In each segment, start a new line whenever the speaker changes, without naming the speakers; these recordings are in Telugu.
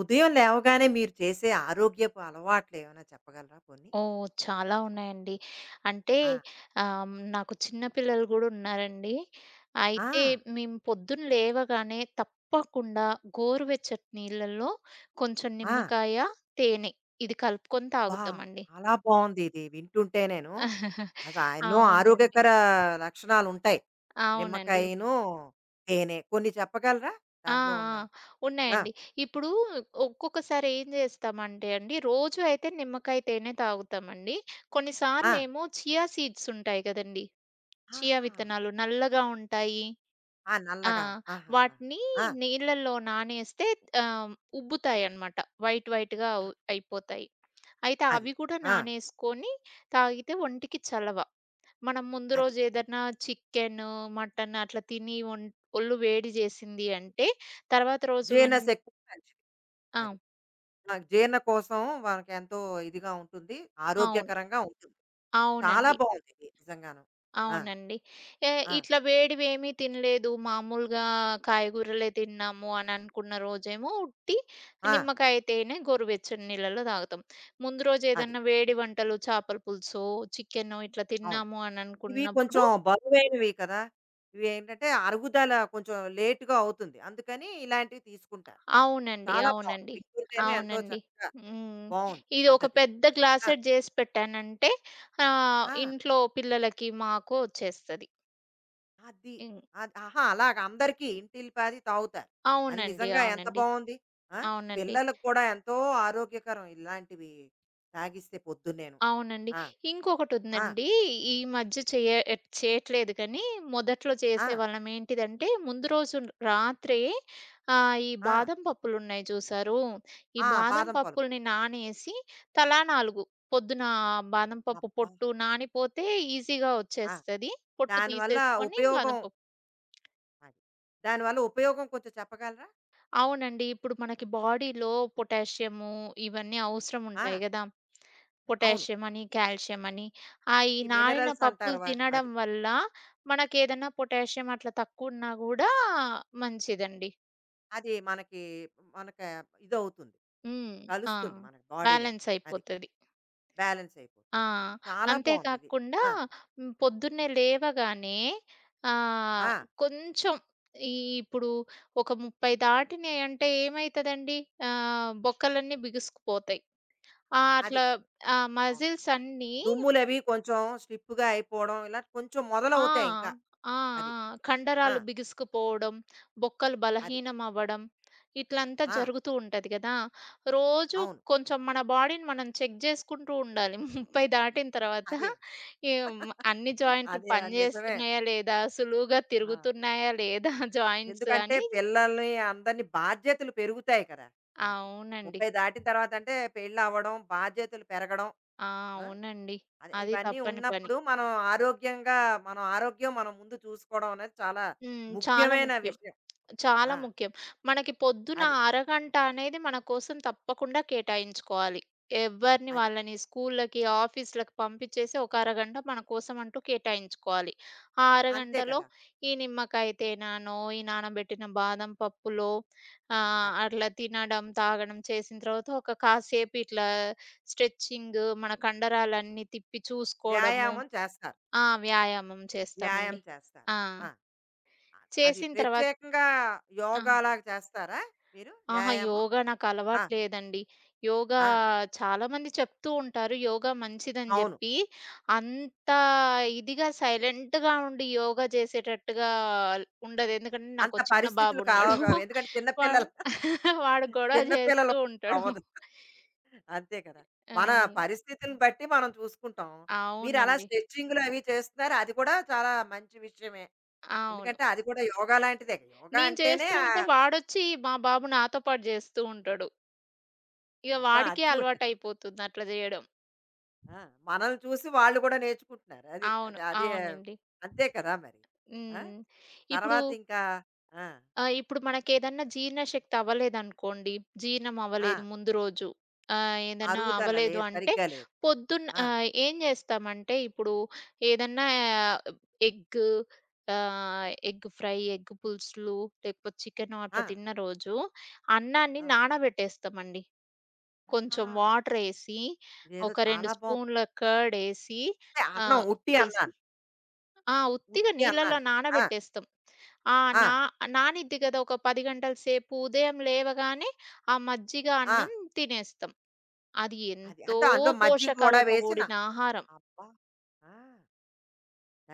ఉదయం లేవగానే మీరు చేసే ఆరోగ్యపు అలవాట్లు ఏమైనా చెప్పగలరా కొన్ని?
ఓహ్! చాలా ఉన్నాయండి. అంటే
ఆ!
నాకు చిన్న పిల్లలు గూడా ఉన్నారండి.
ఆ!
అయితే మేము పొద్దున లేవగానే తప్పకుండా గోరువెచ్చటి నీళ్ళల్లో కొంచెం
ఆ!
నిమ్మకాయ, తేనె ఇది కలుపుకొని
అబ్బా!
తాగుతామండి.
చాలా బావుంది ఇది వింటుంటే నేను. అస ఎన్నో
అవునండి.
ఆరోగ్యకర లక్షణాలుంటాయి.
అవునండి.
నిమ్మకాయను, తేనె. కొన్ని చెప్పగలరా?
ఆ!
దాంట్లో ఉన్న
ఆ!
ఆ!
ఉన్నాయండి. ఇప్పుడు ఒక్కొక్కసారి ఏం జేస్తామంటే అండి, రోజు అయితే నిమ్మకాయ, తేనె తాగుతామండి.
ఆ!
కొన్నిసార్లేమో చియా సీడ్స్ ఉంటాయి గదండీ!
ఆ!
చియా విత్తనాలు నల్లగా ఉంటాయి.
ఆ!
ఆ!
నల్లగాను. ఆహాహా!
వాటిని
ఆ!
నీళ్ళల్లో నానేస్తే ఆహ్, ఉబ్బుతాయన్నమాట. వైట్ వైట్‌గా అయిపోతాయి. అయితే
అది.
అవి కూడా
ఆ!
నానేసుకొని తాగితే ఒంటికి చలవ. మనం ముందు
అది.
రోజు ఏదన్నా చికెను, మటను అట్లా తిని ఒళ్ళు వేడి జేసింది అంటే తర్వాత రోజు
జీర్ణశక్తిని పెంచుతుంది.
ఆ!
అది. ఆ! జీర్ణ కోసం మనకెంతో ఇదిగా ఉంటుంది.
అవును.
ఆరోగ్యకరంగా ఉంటుంది. చాలా
అవునండి.
బావుందిది నిజంగాను. ఆ!
అవునండి. ఏ
ఆ!
ఇట్లా వేడివేమీ తినలేదు. మామూలుగా కాయగూరలే తిన్నాము అని అనుకున్న రోజేమో ఉట్టి
ఆ!
నిమ్మకాయ తేనె గోరువెచ్చని నీళ్ళలో తాగుతాం. ముందు రోజు
అది.
ఏదన్నా వేడి వంటలు చేపల పులుసో, చికెనో ఇట్లా
అవును.
తిన్నాము అని
ఇవి కొంచెం
అనుకున్నప్పుడు
బరువైనవి కదా! ఇవేంటంటే అరుగుదల కొంచెం లేట్‌గా అవుతుంది. అందుకని ఇలాంటివి తీసుకుంటారు.
అవునండి.
చాలా బావుంది.
అవునండి.
వింటుంటేనే ఎంతో
అవునండి.
చక్కగా
హ్మ్.
బావుంది
ఇది ఒక
పద్ధతి.
పెద్ద
ఆ!
గ్లాసెట్ జేసి పెట్టానంటే
ఆ!
ఇంట్లో పిల్లలకి, మాకు ఒచ్చేస్తది.
అది.
ఇం
అది ఆహా! అలాగా అందరికీ ఇంటిల్లిపాది తాగుతారు. అది
అవునండి.
నిజంగా ఎంత
అవునండి.
బావుంది. ఆ!
అవునండి.
పిల్లలకు కూడా ఎంతో ఆరోగ్యకరం ఇలాంటివి తాగిస్తే పొద్దున్నేను.
అవునండి.
ఆ! ఆ!
ఇంకొకటుందండి. ఈ మధ్య చేయట్లేదు కానీ, మొదట్లో
ఆ!
చేసేవాళ్ళం. ఏంటిదంటే, ముందు రోజు రాత్రే ఈ
ఆ!
బాదం పప్పులున్నాయి చూసారూ? ఈ
ఆ!
బాదం
బాదం పాలు.
పప్పుల్ని నానేసి, తలా 4 పొద్దున బాదం పప్పు
అబ్బా!
పొట్టు నానిపోతే ఈజీగా
ఆ!
వచ్చేస్తది. పొట్టు
దానివల్ల
తీసేసుకొని బాదం
ఉపయోగం
పప్పు
అది. దానివల్ల ఉపయోగం కొంచెం చెప్పగలరా?
అవునండి. ఇప్పుడు మనకి బాడీలో పొటాషియము, ఇవన్నీ అవసరం
ఆ!
ఉంటాయి గదా!
అవును.
పొటాషియం అని, కాల్షియం అని ఈ
ఈ
నానిన
మినరల్స్
పప్పులు
అంటారువా
తినడం
అది.
వల్ల మనకేదన్నా పొటాషియం అట్లా తక్కువున్నా గూడా మంచిదండి.
అది మనకి మనకు ఇదవుతుంది.
హ్మ్. ఆ!
కలుస్తుంది మన బాడీలోని.
బ్యాలెన్స్
అది.
అయిపోతది.
బ్యాలెన్స్ అయిపోతుంది.
ఆ!
చాలా
అంతే
బావుంది ఇది.
కాకుండా
ఆ!
పొద్దున్నే లేవగానే
ఆ!
ఆహ్, కొంచెం ఈ ఇప్పుడు ఒక 30 దాటినయంటే ఏమైతదండి, బొక్కలన్నీ బిగుసుకుపోతాయి. ఆ!
అది.
అట్లా ఆ
అవును.
మజిల్స్ అన్నీ
దుమ్ములవి కొంచెం స్టిఫ్‌గా అయిపోవడం ఇలా కొంచెం
ఆ!
మొదలవుతాయి ఇంకా.
ఆ!
అది.
ఆ!
ఆ!
కండరాలు బిగుసుకుపోవడం, బొక్కలు
అది.
బలహీనం అవ్వడం, ఇట్లంతా
ఆ!
జరుగుతూ ఉంటది గదా! రోజు
అవును.
కొంచెం మన బాడీని మనం చెక్ జేసుకుంటూ ఉండాలి. 30 దాటిన తర్వాత
అదే.
ఏం అన్ని జాయింట్లు
అదే. నిజమే.
పనిజేస్తున్నాయా లేదా? సులువుగా
ఆ!
తిరుగుతున్నాయా లేదా జాయింట్స్
ఎందుకంటే
అని
పిల్లల్ని అందరిని బాధ్యతలు పెరుగుతాయి కదా మనకి.
అవునండి.
30 దాటిన తర్వాత అంటే పెళ్ళవ్వడం, బాధ్యతలు పెరగడం.
ఆ!
ఆ!
అవునండి.
అదే
అది
ఇవన్నీ
తప్పని పని.
ఉన్నప్పుడు మనం ఆరోగ్యంగా మనం ఆరోగ్యం మనం ముందు చూసుకోవడం అనేది చాలా
హ్మ్. చాలా
ముఖ్యమైన
ముఖ్యం.
విషయం.
చాలా
ఆ!
ముఖ్యం. మనకి పొద్దున
అది.
అరగంట అనేది మన కోసం తప్పకుండా కేటాయించుకోవాలి. ఎవ్వరిని
అది.
వాళ్ళని స్కూళ్ళకి, ఆఫీస్‌లకి పంపించేసి ఒక అరగంట మన కోసం అంటూ కేటాయించుకోవాలి. ఆ
అంతే
అరగంటలో
కదా!
ఈ నిమ్మకాయ తేనెనో, ఈ నానబెట్టిన బాదం పప్పులో
అది.
అట్లా తినడం, తాగడం చేసిన తర్వాత ఒక కాసేపు ఇట్లా స్ట్రెచింగ్, మన కండరాలన్నీ తిప్పి చూసుకోవడము.
వ్యాయామం చేస్తారు.
ఆ! వ్యాయామం
వ్యాయామం
చేస్తామండి.
చేస్తారు.
ఆ!
ఆ! అది
చేసిన తర్వాత
ప్రత్యేకంగా
ఆ!
యోగాలాగా చేస్తారా మీరు
ఆహా!
వ్యాయామం?
యోగా
ఆ!
నాకలవాటు లేదండి. యోగా
ఆ!
చాలామంది చెప్తూ ఉంటారు యోగా మంచిదని
అవును.
జెప్పి. అంత ఇదిగా సైలెంట్‌గా ఉండి యోగా చేసేటట్టుగా ఉండదు. ఎందుకంటే
అంత
నాకో చిన్న
పరిస్థితులు కావు
బాబున్నాడు.
కావు. ఎందుకంటే చిన్న
వా
పిల్లలు
వాడు గొడవ
చిన్న
చేస్తూ
పిల్లలు
ఉంటాడు.
అవ్వదు. అంతే కదా! మన
హ్మ్.
పరిస్థితిని బట్టి మనం చూసుకుంటాం. మీరు అలా
అవునండి.
స్ట్రెచింగ్‌లు అవి చేస్తున్నారు. అది కూడా చాలా మంచి విషయమే.
అవును.
ఎందుకంటే అది కూడా యోగా లాంటిదే. యోగా
నేను
అంటేనే
చేస్తూ ఉంటే వాడొచ్చి, మా బాబు నాతో పాటు జేస్తూ ఉంటాడు. ఇగ
అబ్బా! అది
వాడికే
చూడు
అలవాటయిపోతుంది అట్లా జేయడం.
ఆ! మనల్ని చూసి వాళ్ళు కూడా నేర్చుకుంటున్నారు. అది.
అవును.
అది అది
అవునండి.
అంతే కదా మరి. ఆ!
హ్మ్. ఇప్పుడు
తర్వాత ఇంకా ఆ!
ఆ! ఇప్పుడు మనకేదన్నా జీర్ణశక్తి అవ్వలేదనుకోండి, జీర్ణం
ఆ!
అవ్వలేదు ముందు రోజు. ఏదన్నా
అరుగుదల
అవ్వలేదు
లేదు.
అంటే
సరిగ్గా లేదు.
పొద్దున్న
ఆ!
ఏం చేస్తామంటే ఇప్పుడు ఏదన్నా ఎగ్ ఎగ్ ఫ్రై, ఎగ్ పులుసులు లేకపోతే చికెను
ఆ!
అట్లా తిన్న రోజు అన్నాన్ని
ఆ!
నానబెట్టేస్తామండి. కొంచెం
ఆహా!
వాటరేసి,
ఇదేదో
ఒక 2
చాలా బావుంది.
స్పూన్‌ల కర్డ్ ఏసి,
అంటే అన్నం ఉట్టి
ఉప్పేసి,
అన్నాన్ని.
ఆ! ఉత్తిగా
ఉట్టి
నీళ్ళలో
అన్నాన్ని. ఆ!
నానబెట్టేస్తాం. ఆ!
ఆ!
నా నానిద్ది గదా! ఒక 10 గంటల సేపు ఉదయం లేవగానే ఆ మజ్జిగ
ఆ!
అన్నం తినేస్తాం. అది
అది.
ఎంతో
అంటే అందులో మజ్జిగ కూడా
పోషకాలతో
వేసిన
కూడిన ఆహారం.
అబ్బా! ఆ!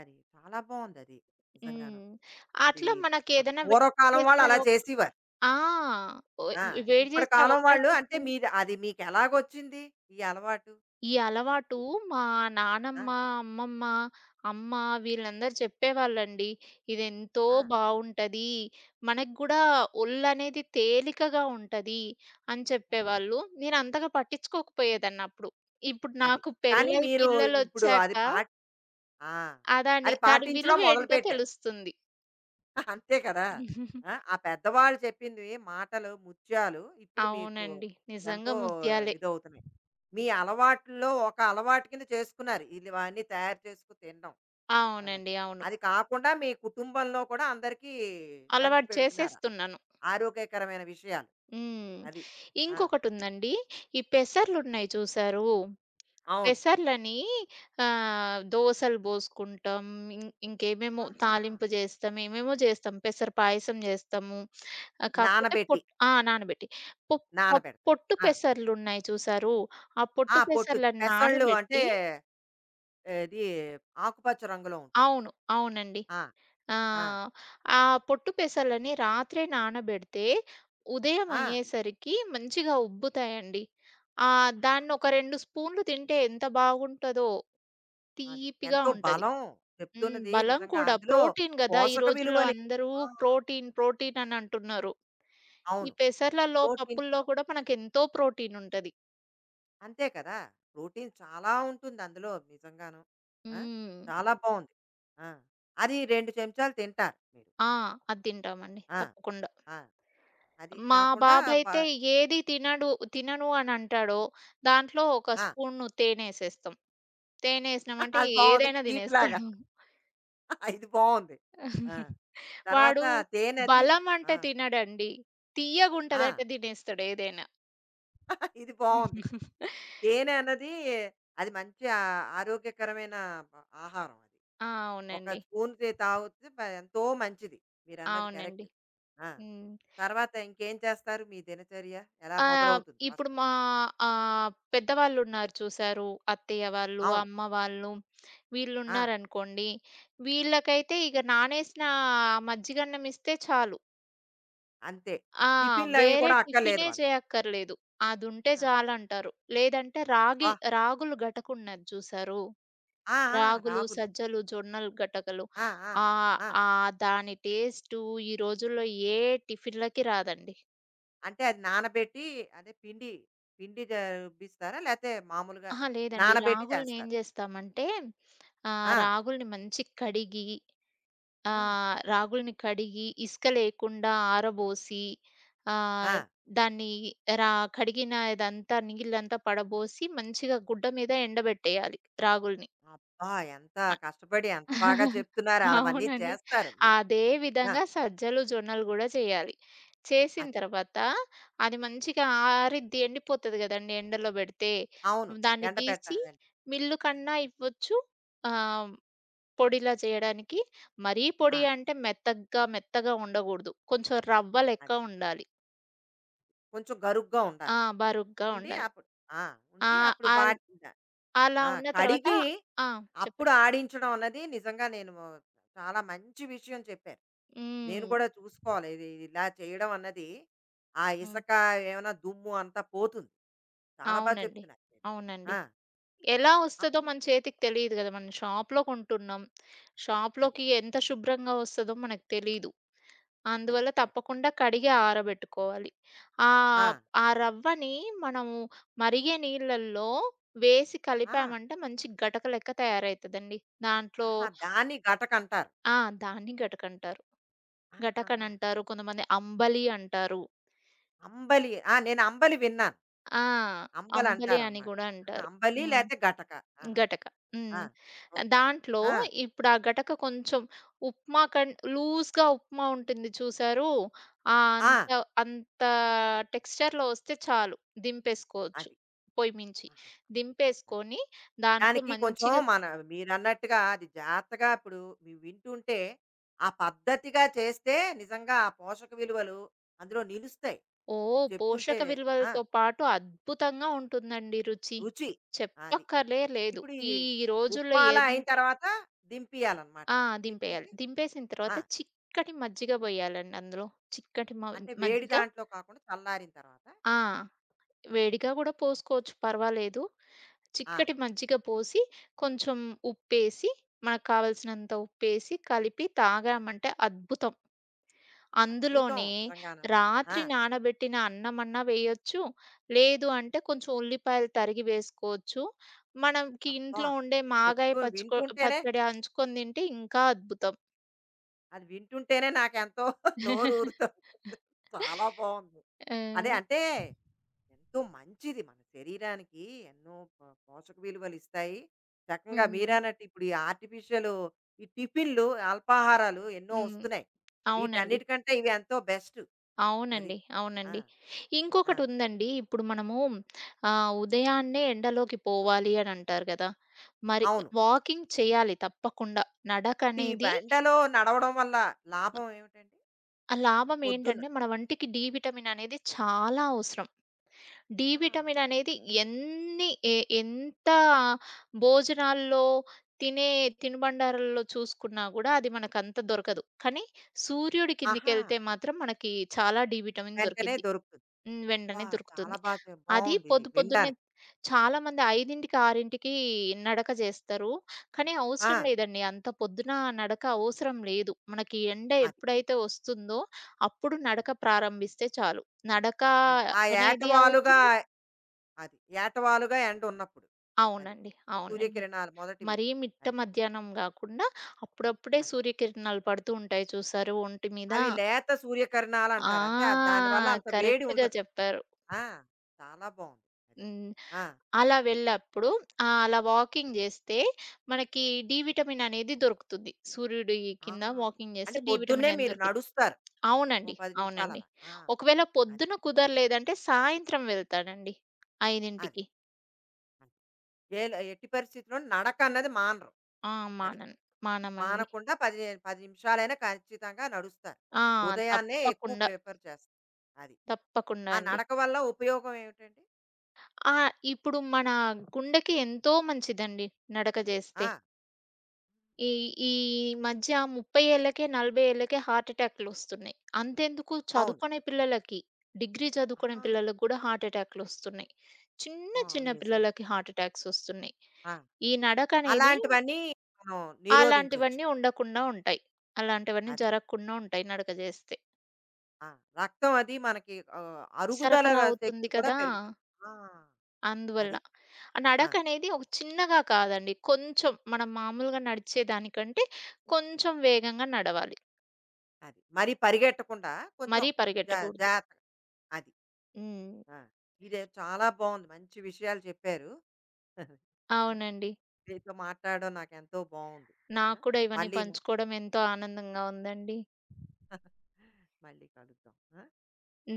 అది చాలా బావుందది. నిజంగాను.
హ్మ్.
అది
అట్లా
ఆ!
మనకేదైనా వేడి
పూర్వకాలం
చేసే
వాళ్ళు అలా చేసేవారు.
ఆ! ఓయ్,
ఆ!
వేడి
ఇప్పటి
చేసే
కాలం వాళ్ళు
అవకాశం.
అంటే మీరు అది మీకెలాగొచ్చింది ఈ అలవాటు?
ఈ అలవాటు మా
ఆ!
నానమ్మ, అమ్మమ్మ, అమ్మ వీళ్ళందరూ చెప్పేవాళ్ళండి. ఇదెంతో
ఆ!
బావుంటది. మనకు గూడా ఒళ్ళనేది తేలికగా ఉంటది అని
ఆ!
చెప్పేవాళ్ళు. నేను అంతగా పట్టించుకోకపోయేదాన్నప్పుడు. ఇప్పుడు
అది.
నాకు
కానీ
పెళ్ళై
మీరు ఇప్పుడు
పిల్లలొచ్చాక
అది పాట్ ఆ!
ఆ దాని
అది
దాని విలువ
పాటించడం
ఏంటో
మొదలుపెట్టారు.
తెలుస్తుంది.
అంతే కదా! ఆ! ఆ పెద్దవాళ్ళు చెప్పింది మాటలు, ముత్యాలు ఇప్పుడు మీకు
అవునండి.
ఎంతో
నిజంగా ముత్యాలే.
ఇదవుతున్నాయి. మీ అలవాటుల్లో ఒక అలవాటు కింద చేసుకున్నారు. ఇది ఇవన్నీ తయారు చేసుకొని తినడం అన్నది.
అవునండి. అవును.
అది కాకుండా మీ కుటుంబంలో కూడా అందరికీ
అలవాటు
పంచిపెడుతున్నారు.
చేసేస్తున్నాను.
ఆరోగ్యకరమైన విషయాలు.
హ్మ్.
అది. ఆ!
ఇంకొకటుందండి. ఈ పెసర్లున్నాయి చూసారూ?
అవును.
పెసర్లని దోసలు బోసుకుంటాం. ఇం ఇంకేమేమో
ఆహాహా!
తాలింపు జేస్తాం. ఏమేమో జేస్తాం. పెసర పాయసం జేస్తాము. కాకపోతే
నానబెట్టి
ఆ! నానబెట్టి. పొ ప
నానబెడతారు.
పొట్టు
ఆ!
పెసర్లున్నాయి చూసారూ? ఆ
ఆ!
పొట్టు
పొట్టు
పెసర్లను
పెసళ్ళు అంటే
నానబెట్టి
ఇది ఆకుపచ్చ రంగులో ఉంటుంది.
అవును. అవునండి.
ఆ!
ఆ!
ఆ!
ఆ పొట్టు పెసలని రాత్రే నానబెడితే ఉదయం
ఆ!
అయ్యేసరికి మంచిగా ఉబ్బుతాయండి.
ఆ!
దాన్నొక 2 స్పూన్లు తింటే ఎంత బాగుంటదో!
అది.
తీపిగా
ఎంతో
ఉంటది.
బలం
హ్మ్.
చెప్తున్నది
బలం
నిజంగా.
కూడా
అందులో
ప్రోటీన్ గదా! ఈ
పోషక
రోజుల్లో
విలువలు
అందరూ
ఆ!
ప్రోటీన్, ప్రోటీన్ అని అంటున్నారు. ఈ
అవును.
పెసర్లలో,
ప్రోటీన్స్
పప్పుల్లో కూడా మనకెంతో ప్రోటీన్ ఉంటది.
అంతే కదా! ప్రోటీన్ చాలా ఉంటుంది అందులో నిజంగాను. ఆ!
హ్మ్.
చాలా బావుంది. ఆ! అది 2 చెంచాలు తింటారు మీరు.
ఆ! అది తింటామండి
ఆ!
తప్పకుండా.
ఆ! అది
మా
కాకుండా బ
బాబైతే ఏది తినడు, తినను అనంటాడో, దాంట్లో ఒక
ఆ!
స్పూను తేనేసేస్తాం. తేనేసినామంటే
అది బావుంది.
ఏదైనా
స్వీట్ లాగా.
తినేస్తాడు.
ఇది బావుంది. ఆ! తర్వాత
వాడు
తేనెది
బలం
ఆ!
అంటే తినడండి.
ఆ!
తియ్యగుంటదంటే తినేస్తాడు ఏదైనా.
ఇది బావుంది. తేనె అన్నది అది మంచి ఆ ఆరోగ్యకరమైన ఆహారం అది.
ఆ!
ఒక
అవునండి.
స్పూన్ తాగితే ఎంతో మంచిది. మీరన్నది
అవునండి.
కరెక్ట్. ఆ!
హ్మ్.
తర్వాత ఇంకేం చేస్తారు మీ దినచర్య? ఎలా
ఆహ్,
మొదలవుతుంది
ఇప్పుడు
ఫస్ట్?
పెద్దవాళ్ళున్నారు చూసారు. అత్తయ్య వాళ్ళు,
అవును.
అమ్మ వాళ్ళు
ఆ!
వీళ్ళున్నారనుకోండి, వీళ్ళకైతే ఇక నానేసిన మజ్జిగన్నం ఇస్తే చాలు.
అంతే.
ఆ!
టిఫిన్‌లవి
వేరే
కూడా అక్కర్లేదు
టిఫినే
వాళ్ళకి.
చేయక్కర్లేదు. అదుంటే
ఆ!
చాలంటారు. లేదంటే
అబ్బా!
రాగులు గటకున్నది చూసారూ?
ఆ! ఆ!
రాగులు,
రాగులు.
సజ్జలు, జొన్నలు గటకలు.
ఆ! ఆ!
ఆహ్,
ఆ!
ఆహ్, దాని టేస్టు ఈ రోజుల్లో ఏ టిఫిన్‌లకి రాదండి.
అంటే అది నానబెట్టి అదే పిండి, పిండి ద రుబ్బిస్తారా? లేతే మామూలుగా
అహా! లేదండి.
నానబెట్టి
రాగులునేం
చేస్తారు.
జేస్తామంటే
ఆ!
రాగుల్ని మంచిగ కడిగి ఆ!
ఆ!
రాగులని కడిగి, ఇసుక లేకుండా ఆరబోసి,
ఆ!
ఆహ్, దాన్ని రా కడిగిన ఇదంతా నీళ్ళంతా పడబోసి, మంచిగా గుడ్డ మీద ఎండబెట్టేయాలి రాగులని.
అబ్బా! ఎంత
అ
కష్టపడి ఎంత బాగా చెప్తున్నారు. అవన్నీ
అవునండి.
చేస్తారు మీరు.
అదే
ఆ!
విధంగా సజ్జలు, జొన్నలు గూడా చేయాలి. చేసిన
అది.
తర్వాత అది మంచిగా ఆరిద్ది, ఎండిపోతది గదండీ ఎండలో బెడితే.
అవును.
దాన్ని
ఎండ
తీసి
పెట్టాలంటే.
మిల్లుకన్నా ఇవ్వచ్చు. ఆహ్ పొడిలా చేయడానికి. మరీ పొడి
ఆ!
అంటే మెత్తగా మెత్తగా ఉండకూడదు. కొంచెం రవ్వ లెక్క
అది.
ఉండాలి.
కొంచెం గరుగ్గా
ఆ!
ఉండాలి.
బరుగ్గా
ఉండి
ఉండాలి.
అప్పుడు ఆ!
ఆ!
ఉండి అప్పుడు
అల్
వాటిని
అలా
ఆ!
ఉన్న తర్వాత
కడిగి
ఆ!
అప్పుడు
చెప్పండి.
ఆడించడం అన్నది నిజంగా నేను చాలా మంచి విషయం చెప్పారు. నేను
హ్మ్.
కూడా చూసుకోవాలి. ఇది ఇలా చేయడం అన్నది ఆ
హ్మ్.
ఇసక ఏమైనా దుమ్ము అంతా పోతుంది. చాలా బాగా
అవునండి.
చెప్తున్నారు.
అవునండి.
ఆ!
ఎలా వస్తదో
అప్పుడు
మన చేతికి తెలీదు గదా! మనం షాప్‌లో కొంటున్నాం.
అది.
షాప్‌లోకి ఎంత శుభ్రంగా వస్తదో మనకు తెలీదు.
అది
అందువల్ల
కరెక్ట్.
తప్పకుండా కడిగి ఆరబెట్టుకోవాలి.
ఆ!
ఆహ్, ఆ రవ్వని మనము మరిగే నీళ్ళల్లో వేసి
ఆ!
కలిపామంటే మంచి గటక లెక్క తయారైతదండి. దాంట్లో
ఆహా! దాన్ని గటకంటారు.
ఆ! దాన్ని గటకంటారు.
ఆహాహా!
గటకనంటారు. కొంతమంది అంబలి అంటారు.
అంబలి. ఆ! నేను అంబలి విన్నాను.
ఆ! అంబలి అని
అంబలంటారనమాట.
గూడా
ఆహా!
అంటారు.
అంబలి
హ్మ్.
లేతే గటక. ఆహా!
గటక.
ఆ!
హ్మ్.
ఓకే.
దాంట్లో
ఆ!
ఇప్పుడు ఆ గటక కొంచెం ఉప్మా లూజ్‌గా, ఉప్మా ఉంటుంది చూసారూ? ఆ!
ఆ!
అంత అంత టెక్స్చర్‌లో వస్తే చాలు దింపేసుకోవచ్చు
అది.
పొయ్యి మించి.
ఆహా! అది.
దింపేసుకొని దాంట్లో
దానికి కొంచెం
మంచిగా
మన మీరన్నట్టుగా అది జాగ్రత్తగా ఇప్పుడు వింటుంటే, ఆ పద్ధతిగా చేస్తే నిజంగా ఆ పోషక విలువలు అందులో నిలుస్తాయి.
ఓహ్!
నువ్వు చెప్తుంటే
పోషక
ఆ!
విలువలతో పాటు అద్భుతంగా ఉంటుందండి రుచి.
రుచి. అది.
చెప్పక్కర్లే లేదు.
ఇప్పుడు ఈ
ఈ రోజుల్లో
ఉప్మాలా అయిన
ఎంత
తర్వాత దింపియాలనమాట
ఆ!
అది.
దింపేయాలి.
దింపేసి
దింపేసిన
ఆ!
తర్వాత చిక్కటి మజ్జిగ బోయాలండి అందులో. చిక్కటి
అంటే వేడి
మజ్జిగ
దాంట్లో కాకుండా చల్లారిన తర్వాత.
ఆ! వేడిగా గూడా పోసుకోవచ్చు పర్వాలేదు.
ఆ!
చిక్కటి మజ్జిగ పోసి, కొంచెం ఉప్పేసి, మనకు కావాల్సినంత ఉప్పేసి, కలిపి తాగామంటే అద్భుతం.
అద్భుతం
అందులోనే
నిజంగాను. ఆ!
రాత్రి నానబెట్టిన అన్నమన్నా వేయొచ్చు. లేదు అంటే కొంచెం ఉల్లిపాయలు తరిగి వేసుకోవచ్చు. మనకి
అబ్బా!
ఇంట్లో ఉండే మాగాయ
చెప్తూ వింటుంటేనే
పచ్చడి అంచుకొని తింటే ఇంకా అద్భుతం.
అది వింటుంటేనే నాకెంతో నోరు ఊరుతోంది. చాలా బావుంది.
ఆ!
అదే అంటే ఎంతో మంచిది మన శరీరానికి ఎన్నో పోషక విలువలు ఇస్తాయి. చక్కగా
హ్మ్.
మీరన్నట్టు ఇప్పుడు ఈ ఆర్టిఫిషియల్ ఈ టిఫిన్‌లు, అల్పాహారాలు ఎన్నో
హ్మ్.
వస్తున్నాయి.
అవునండి.
వీటన్నిటికంటే ఇవి ఎంతో బెస్ట్. అది.
అవునండి.
ఆ!
అవునండి.
ఆ!
ఇంకొకటుందండి. ఇప్పుడు మనము ఉదయాన్నే ఎండలోకి పోవాలి అనంటారు గదా! మరి
అవును.
వాకింగ్ చేయాలి తప్పకుండా.
ఇప్పుడు
నడకనేది
ఈ ఎండలో నడవడం వల్ల లాభం ఏమిటండి?
ఆ
పొద్దున్న
లాభమేంటంటే మన వంటికి డి విటమిన్ అనేది చాలా అవసరం. డి
ఆ!
విటమిన్ అనేది ఎన్ని ఎ ఎంత భోజనాల్లో, తినే తినుబండారాల్లో చూసుకున్నా గూడా అది మనకంత దొరకదు. కానీ సూర్యుడి
ఆహా!
కిందికెళ్తే మాత్రం మనకి చాలా డి విటమిన్
వెంటనే
దొరికిద్ది.
దొరుకుతుంది.
హ్మ్.
అబ్బా!
వెంటనే
చాలా
దొరుకుతుంది.
బా చె
అది
బావుందిది
పొద్దున్నే
వినడానికి.
చాలామంది 5:00, 6:00కి నడక జేస్తరు. కానీ
ఆ!
అవసరం లేదండి. అంత పొద్దున నడక అవసరం లేదు. మనకి ఎండ
అది.
ఎప్పుడైతే వస్తుందో అప్పుడు
అది.
నడక ప్రారంభిస్తే చాలు. నడక
అది. ఆ
అనేది
ఏటవాలుగా
అవుతుంది
అది. ఏటవాలుగా ఎండున్నప్పుడు. అది.
అవునండి.
ఆ
అవునండి.
సూర్యకిరణాలు మొదటివి.
మరీ మిట్ట
అది.
మధ్యాహ్నం గాకుండా అప్పుడప్పుడే
అది.
సూర్యకిరణాలు పడుతూ ఉంటాయి చూసారు ఒంటి మీద.
అవి లేత సూర్యకిరణాలంటారు. అంటే
ఆ!
దానివల్ల అంత వేడి
కరెక్ట్‌గా
ఉండదు.
చెప్పారు.
ఆ! చాలా బావుంది. అది.
హ్మ్.
ఆ!
అలా వెళ్ళప్పుడు అలా వాకింగ్ జేస్తే మనకి డి విటమిన్ అనేది దొరుకుతుంది. సూర్యుడి
ఆ!
కింద వాకింగ్
అంటే
జేస్తే డి
పొద్దున్నే
విటమిన్ అనేది
మీరు
దొరికిద్ది.
నడుస్తారు. ఓ
అవునండి.
10
అవునండి.
నిమిషాలలా. ఆ!
ఒకవేళ
అది.
పొద్దున కుదరలేదంటే సాయంత్రం వెళ్తానండి.
అది.
5కి.
ఏల ఎట్టి పరిస్థితిలో నడక అన్నది మానరు.
ఆ!
అది.
మానను. మానమండి.
మానకుండా 10, 10 నిమిషాలైనా ఖచ్చితంగా నడుస్తారు.
ఆ!
ఉదయాన్నే ఎక్కువ
తప్పకుండా.
ప్రిఫర్ చేస్తారు. అది.
తప్పకుండా
ఆ
అండి.
నడక వల్ల ఉపయోగం ఏమిటండి?
ఆ! ఇప్పుడు మన గుండెకి ఎంతో మంచిదండి నడక
ఆ!
జేస్తే. ఈ ఈ
అది.
మధ్య 30 ఏళ్ళకే, 40 ఏళ్ళకే హార్ట్ ఎటాక్‌లొస్తున్నాయి. అంతెందుకు
అవును.
చదువుకునే పిల్లలకి, డిగ్రీ చదువుకునే
ఆహా!
పిల్లలకి గూడా హార్ట్ ఎటాక్‌లొస్తున్నాయి. చిన్న
ఆ! అవును
చిన్న
నిజమే.
పిల్లలకి హార్ట్ ఎటాక్స్ ఒస్తున్నాయి.
ఆ!
ఈ నడకనేది
అలాంటివన్నీ మనం నిరోధించొచ్చు.
అలాంటివన్నీ ఉండకుండా ఉంటాయి. అలాంటివన్నీ
అది.
జరగకుండా ఉంటాయి నడక జేస్తే.
ఆ! రక్తం అది మనకి అరుగుదల
సరఫరా అవుతుంది
శక్తి కూడా
కదా!
పెరుగుతుంది. ఆ!
అందువల్ల.
అది.
ఆ
ఆ!
నడకనేది ఒక చిన్నగా కాదండి. కొంచెం మనం మామూలుగా నడిచేదానికంటే కొంచెం వేగంగా నడవాలి.
అది. మరి పరిగెట్టకుండా కొంచెం
మరీ పరిగెట్టకూడదు.
జాగ్రత్తగా అది.
హ్మ్.
ఆ! ఇదే చాలా బాగుంది. మంచి విషయాలు చెప్పారు. ఆ!
అవునండి.
మీతో మాట్లాడడం నాకెంతో బావుంది. ఆ!
నాకు కూడా ఇవన్నీ
మళ్ళీను
పంచుకోవడం ఎంతో ఆనందంగా ఉందండి.
మళ్ళీ కలుద్దాం. ఆ!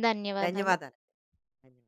ధన్యవాదాలు.
ధన్యవాదాలు. ధన్యవాదాలు.